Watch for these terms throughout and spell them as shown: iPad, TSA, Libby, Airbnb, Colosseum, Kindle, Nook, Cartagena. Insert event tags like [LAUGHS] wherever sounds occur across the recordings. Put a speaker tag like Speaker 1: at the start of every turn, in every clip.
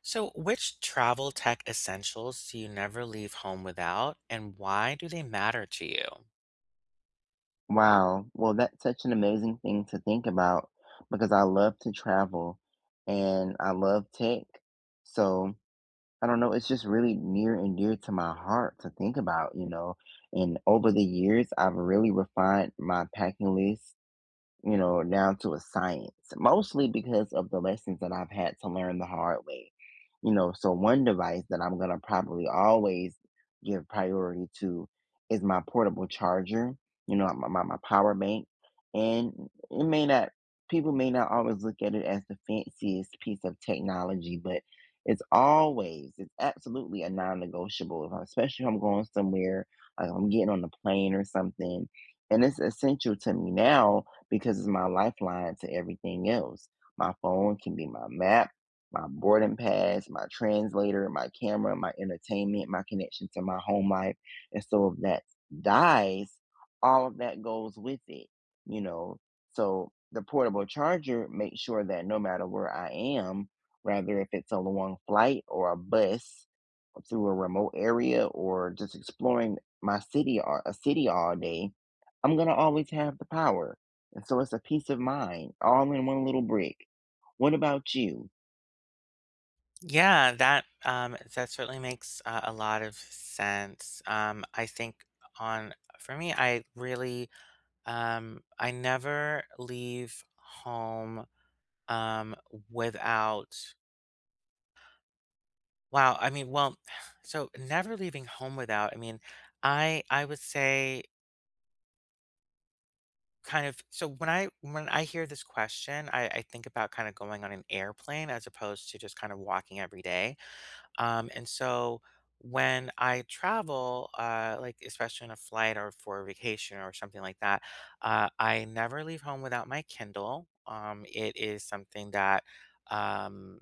Speaker 1: So, which travel tech essentials do you never leave home without, and why do they matter to you?
Speaker 2: Wow. Well, that's such an amazing thing to think about because I love to travel and I love tech. So I don't know, it's just really near and dear to my heart to think about, And over the years, I've really refined my packing list down to a science, mostly because of the lessons that I've had to learn the hard way. You know, so one device that I'm going to probably always give priority to is my portable charger, you know, my power bank. And it may not, people may not always look at it as the fanciest piece of technology, but it's always, it's absolutely a non negotiable, especially if I'm going somewhere, like I'm getting on a plane or something. And it's essential to me now because it's my lifeline to everything else. My phone can be my map, my boarding pass, my translator, my camera, my entertainment, my connection to my home life. And so if that dies, all of that goes with it, you know. So the portable charger makes sure that no matter where I am, rather if it's a long flight or a bus through a remote area or just exploring my city or a city all day, I'm gonna always have the power and so it's a peace of mind all in one little brick. What about you?
Speaker 1: Yeah, that certainly makes a lot of sense. I think on for me, I never leave home um, without. Wow, I mean, well, [SIGHS] so never leaving home without. I mean, I would say. Kind of so when I hear this question, I think about kinda going on an airplane as opposed to just kind of walking every day, and so when I travel, like, especially on a flight or for a vacation or something like that, I never leave home without my Kindle. It is something that um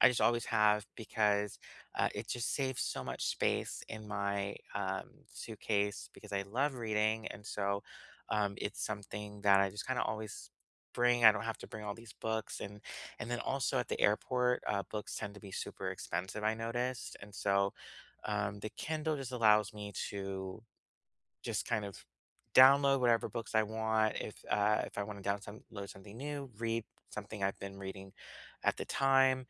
Speaker 1: I just always have because it just saves so much space in my suitcase because I love reading. And so it's something that I just kind of always bring. I don't have to bring all these books. And then also at the airport, books tend to be super expensive, I noticed. And so the Kindle just allows me to just kind of download whatever books I want. If I want to download something new, read something I've been reading at the time,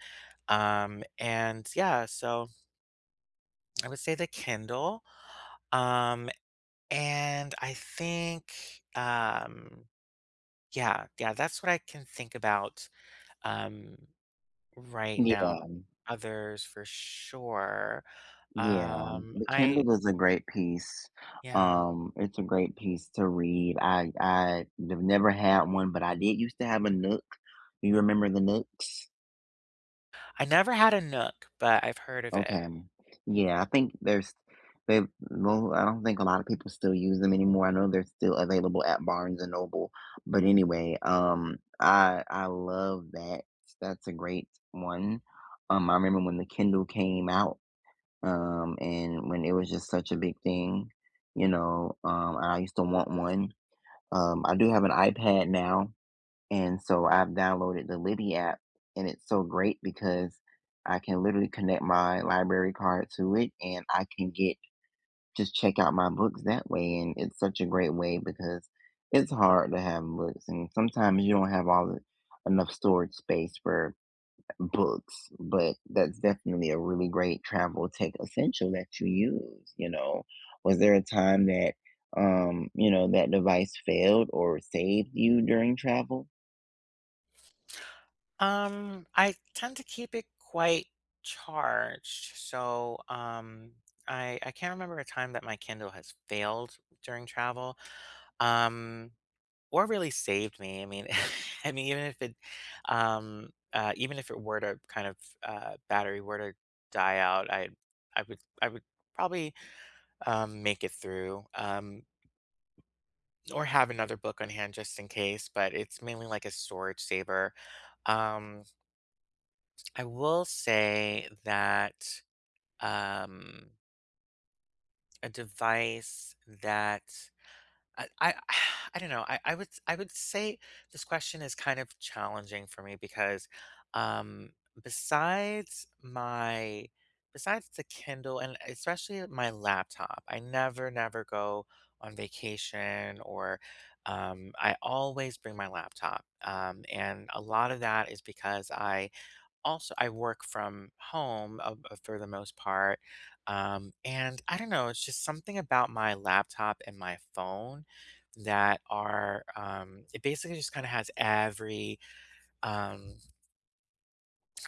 Speaker 1: and yeah, so I would say the Kindle. Um, and I think, um, yeah, yeah, that's what I can think about um, right now.
Speaker 2: Yeah,
Speaker 1: Others for sure.
Speaker 2: yeah.
Speaker 1: Um,
Speaker 2: The
Speaker 1: I,
Speaker 2: Kindle is a great piece.
Speaker 1: yeah,
Speaker 2: It's a great piece to read. I have never had one, but I did used to have a Nook. Do you remember the Nooks?
Speaker 1: I never had a Nook, but I've heard of it.
Speaker 2: Okay. Yeah, I think there's they well, I don't think a lot of people still use them anymore. I know they're still available at Barnes and Noble. But anyway, I love that. That's a great one. I remember when the Kindle came out, and when it was just such a big thing, you know, and I used to want one. I do have an iPad now, and so I've downloaded the Libby app, and it's so great because I can literally connect my library card to it and I can get just check out my books that way. And it's such a great way because it's hard to have books, and sometimes you don't have all the enough storage space for books, but that's definitely a really great travel tech essential that you use, you know. Was there a time that that device failed or saved you during travel?
Speaker 1: I tend to keep it quite charged. So, I can't remember a time that my Kindle has failed during travel. Um, or really saved me, I mean [LAUGHS] I mean, even if it were to kind of, battery were to die out, I would probably, make it through, or have another book on hand just in case, but it's mainly like a storage saver. Um, I will say that, um, a device that I [SIGHS] I don't know. I would say this question is kind of challenging for me because, um, besides my besides the Kindle and especially my laptop, I never go on vacation, or, I always bring my laptop. And a lot of that is because I work from home, for the most part, and I don't know, it's just something about my laptop and my phone that are it basically just kind of has every, um,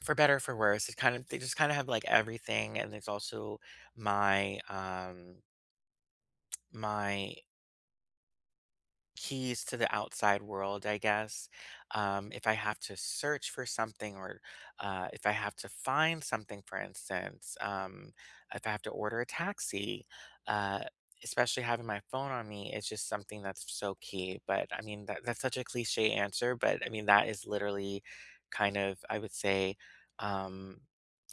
Speaker 1: for better or for worse. It kind of They just kind of have like everything, and there's also my um, my keys to the outside world, I guess. If I have to search for something, or if I have to find something, for instance, if I have to order a taxi, uh, especially having my phone on me, it's just something that's so key. But I mean, that's such a cliche answer, but I mean, that is literally kind of, I would say, um,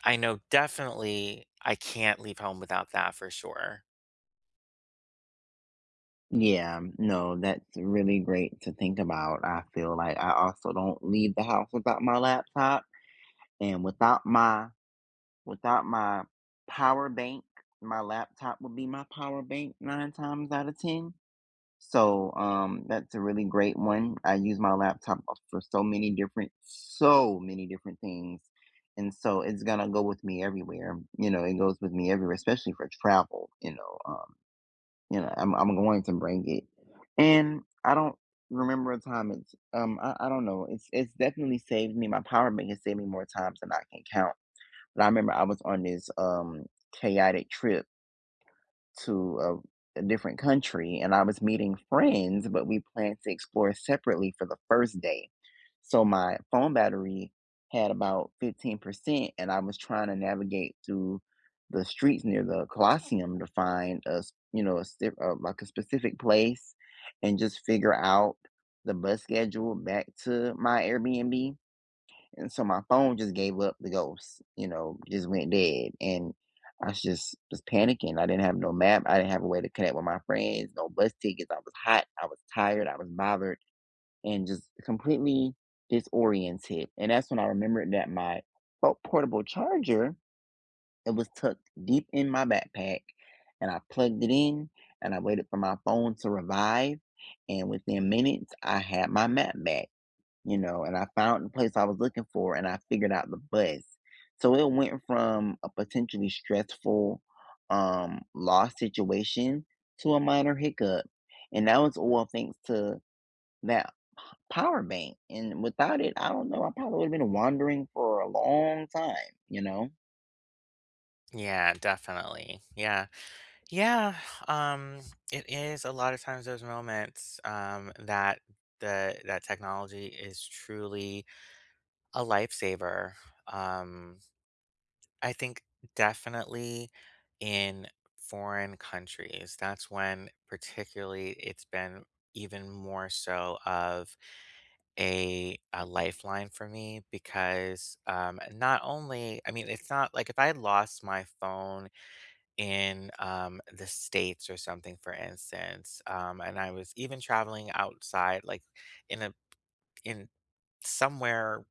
Speaker 1: I know definitely I can't leave home without that for sure.
Speaker 2: Yeah, no, that's really great to think about. I feel like I also don't leave the house without my laptop and without my power bank, my laptop would be my power bank nine times out of ten. So, that's a really great one. I use my laptop for so many different things. And so it's gonna go with me everywhere. You know, it goes with me everywhere, especially for travel, you know. I'm going to bring it. And I don't remember a time it's I don't know. It's definitely saved me. My power bank has saved me more times than I can count. But I remember I was on this chaotic trip to a different country and I was meeting friends, but we planned to explore separately for the first day. So my phone battery had about 15%, and I was trying to navigate through the streets near the Colosseum to find you know, like a specific place and just figure out the bus schedule back to my Airbnb. And so my phone just gave up the ghost, you know, just went dead. And I was just was panicking. I didn't have no map. I didn't have a way to connect with my friends, no bus tickets. I was hot. I was tired. I was bothered and just completely disoriented. And that's when I remembered that my portable charger, it was tucked deep in my backpack. And I plugged it in and I waited for my phone to revive. And within minutes, I had my map back you know, and I found the place I was looking for and I figured out the bus. So it went from a potentially stressful loss situation to a minor hiccup. And that was all thanks to that power bank. And without it, I don't know, I probably would have been wandering for a long time, you know?
Speaker 1: Yeah, definitely. Yeah. Yeah, um, it is a lot of times those moments, that technology is truly a lifesaver. Um, I think definitely in foreign countries, that's when particularly it's been even more so of a lifeline for me because, not only, I mean, it's not like if I lost my phone in, the States or something, for instance. And I was even traveling outside, like in a in somewhere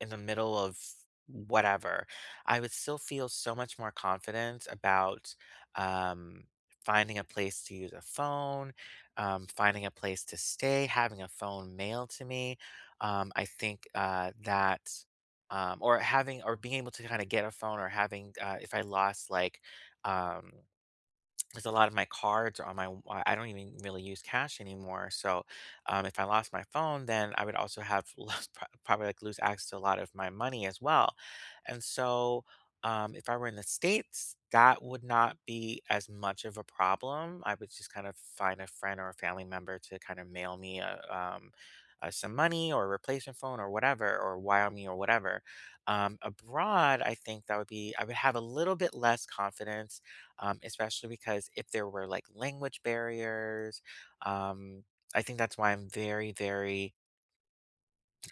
Speaker 1: in the middle of whatever, I would still feel so much more confident about um, finding a place to use a phone, finding a place to stay, having a phone mailed to me. I think that. Or being able to kind of get a phone or having, if I lost, like, um, 'cause a lot of my cards are on my w I don't even really use cash anymore, so, if I lost my phone, then I would also have [LAUGHS] lost probably, like, lose access to a lot of my money as well, and so, if I were in the States, that would not be as much of a problem. I would just kind of find a friend or a family member to kind of mail me some money or a replacement phone or whatever, or wire me or whatever. Abroad, I think that would be I would have a little bit less confidence, especially because if there were like language barriers, um, I think that's why I'm very, very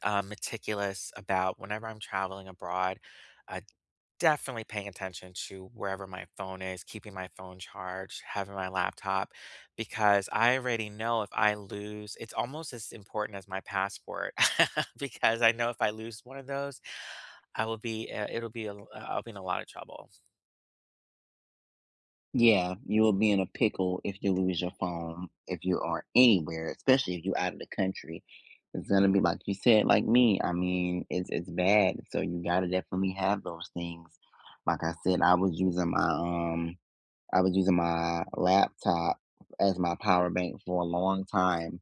Speaker 1: meticulous about whenever I'm traveling abroad, uh, definitely paying attention to wherever my phone is, keeping my phone charged, having my laptop, because I already know if I lose, it's almost as important as my passport, [LAUGHS] because I know if I lose one of those, I'll be in a lot of trouble.
Speaker 2: Yeah, you will be in a pickle if you lose your phone, if you are anywhere, especially if you out of the country. It's gonna be like you said, like me. I mean, it's bad. So you gotta definitely have those things. Like I said, I was using my laptop as my power bank for a long time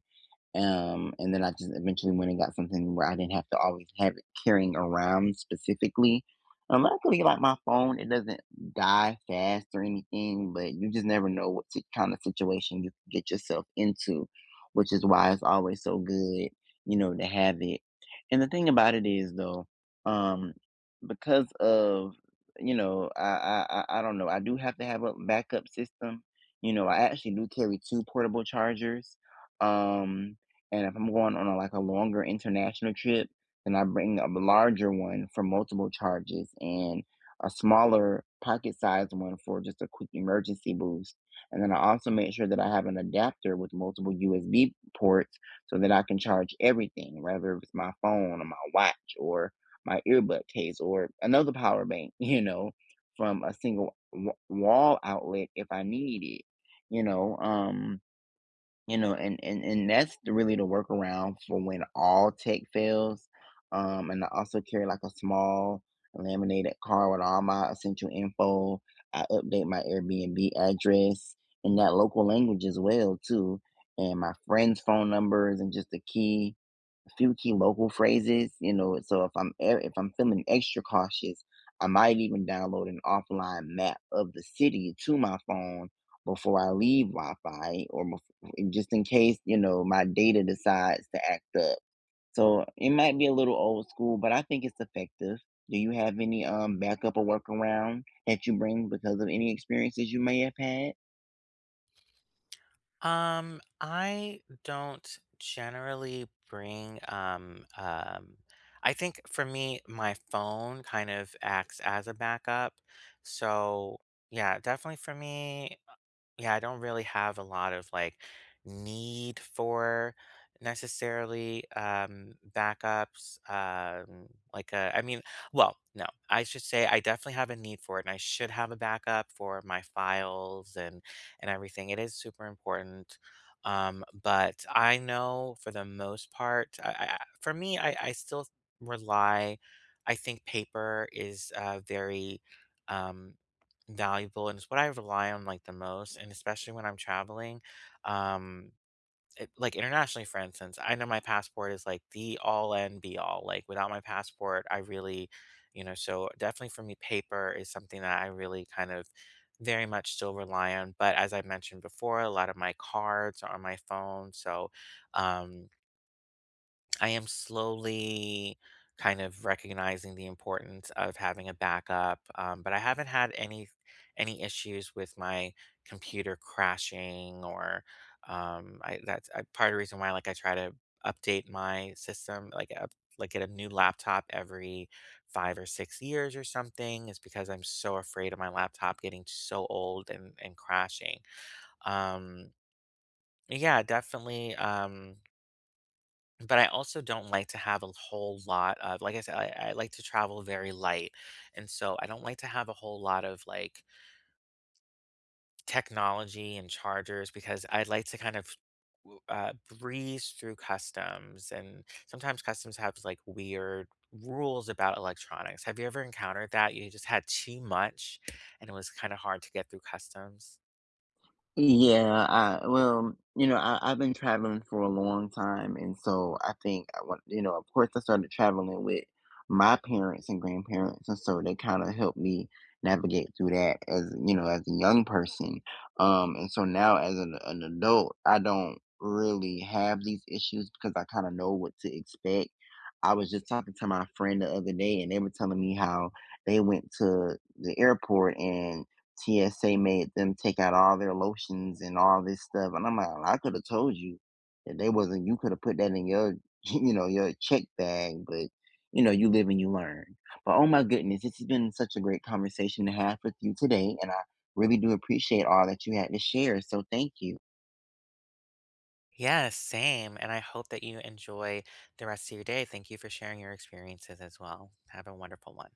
Speaker 2: and then I just eventually went and got something where I didn't have to always have it carrying around specifically. Luckily, like my phone, it doesn't die fast or anything, but you just never know what kind of situation you could get yourself into, which is why it's always so good, you know, to have it. And the thing about it is, though, um, because of you know, I don't know, I do have to have a backup system. You know, I actually do carry two portable chargers. Um, and if I'm going on like a longer international trip, then I bring a larger one for multiple charges and a smaller pocket sized one for just a quick emergency boost. And then I also make sure that I have an adapter with multiple USB ports so that I can charge everything, whether it's my phone or my watch or my earbud case or another power bank, [LAUGHS] you know, from a single wall outlet if I need it, you know. And that's the really the workaround for when all tech fails. And I also carry like a small laminated card with all my essential info. I update my Airbnb address in that local language as well too, and my friends' phone numbers and just a key few key local phrases, you know. So if if I'm feeling extra cautious, I might even download an offline map of the city to my phone before I leave Wi-Fi, or just in case you know my data decides to act up. So it might be a little old school, but I think it's effective. Do you have any backup or workaround that you bring because of any experiences you may have had?
Speaker 1: I don't generally bring I think for me my phone kind of acts as a backup. So, yeah, definitely for me, yeah, I don't really have a lot of like need for necessarily backups. Like I mean, well, no. I should say I definitely have a need for it and I should have a backup for my files and everything. It is super important. But I know for the most part, I for me, I still rely. I think paper is very um valuable, and it's what I rely on like the most, and especially when I'm traveling. Um it, like internationally for instance, I know my passport is like the all and be all. Like without my passport, I really, so definitely for me paper is something that I really kind of very much still rely on. But as I mentioned before, a lot of my cards are on my phone. So um I am slowly kind of recognizing the importance of having a backup, but I haven't had any issues with my computer crashing, or that's part of the reason why, like, I try to update my system, like like get a new laptop every 5 or 6 years or something, is because I'm so afraid of my laptop getting so old and crashing. Um, yeah, definitely. But I also don't like to have a whole lot of, like I said, I like to travel very light. And so I don't like to have a whole lot of like technology and chargers because I like to kind of w- uh, breeze through customs. And sometimes customs have like weird rules about electronics. Have you ever encountered that? You just had too much and it was kind of hard to get through customs.
Speaker 2: Yeah, I well, you know, I've been traveling for a long time, and so I think I want, you know, of course, I started traveling with my parents and grandparents, and so they kind of helped me navigate through that as, you know, as a young person. And so now as an adult, I don't really have these issues because I kind of know what to expect. I was just talking to my friend the other day, and they were telling me how they went to the airport and TSA made them take out all their lotions and all this stuff. And I'm like, I could have told you that they wasn't, you could have put that in your, [LAUGHS] you know, your check bag, but you know, you live and you learn. But oh my goodness, this has been such a great conversation to have with you today. And I really do appreciate all that you had to share. So thank you.
Speaker 1: Yes, same. And I hope that you enjoy the rest of your day. Thank you for sharing your experiences as well. Have a wonderful one.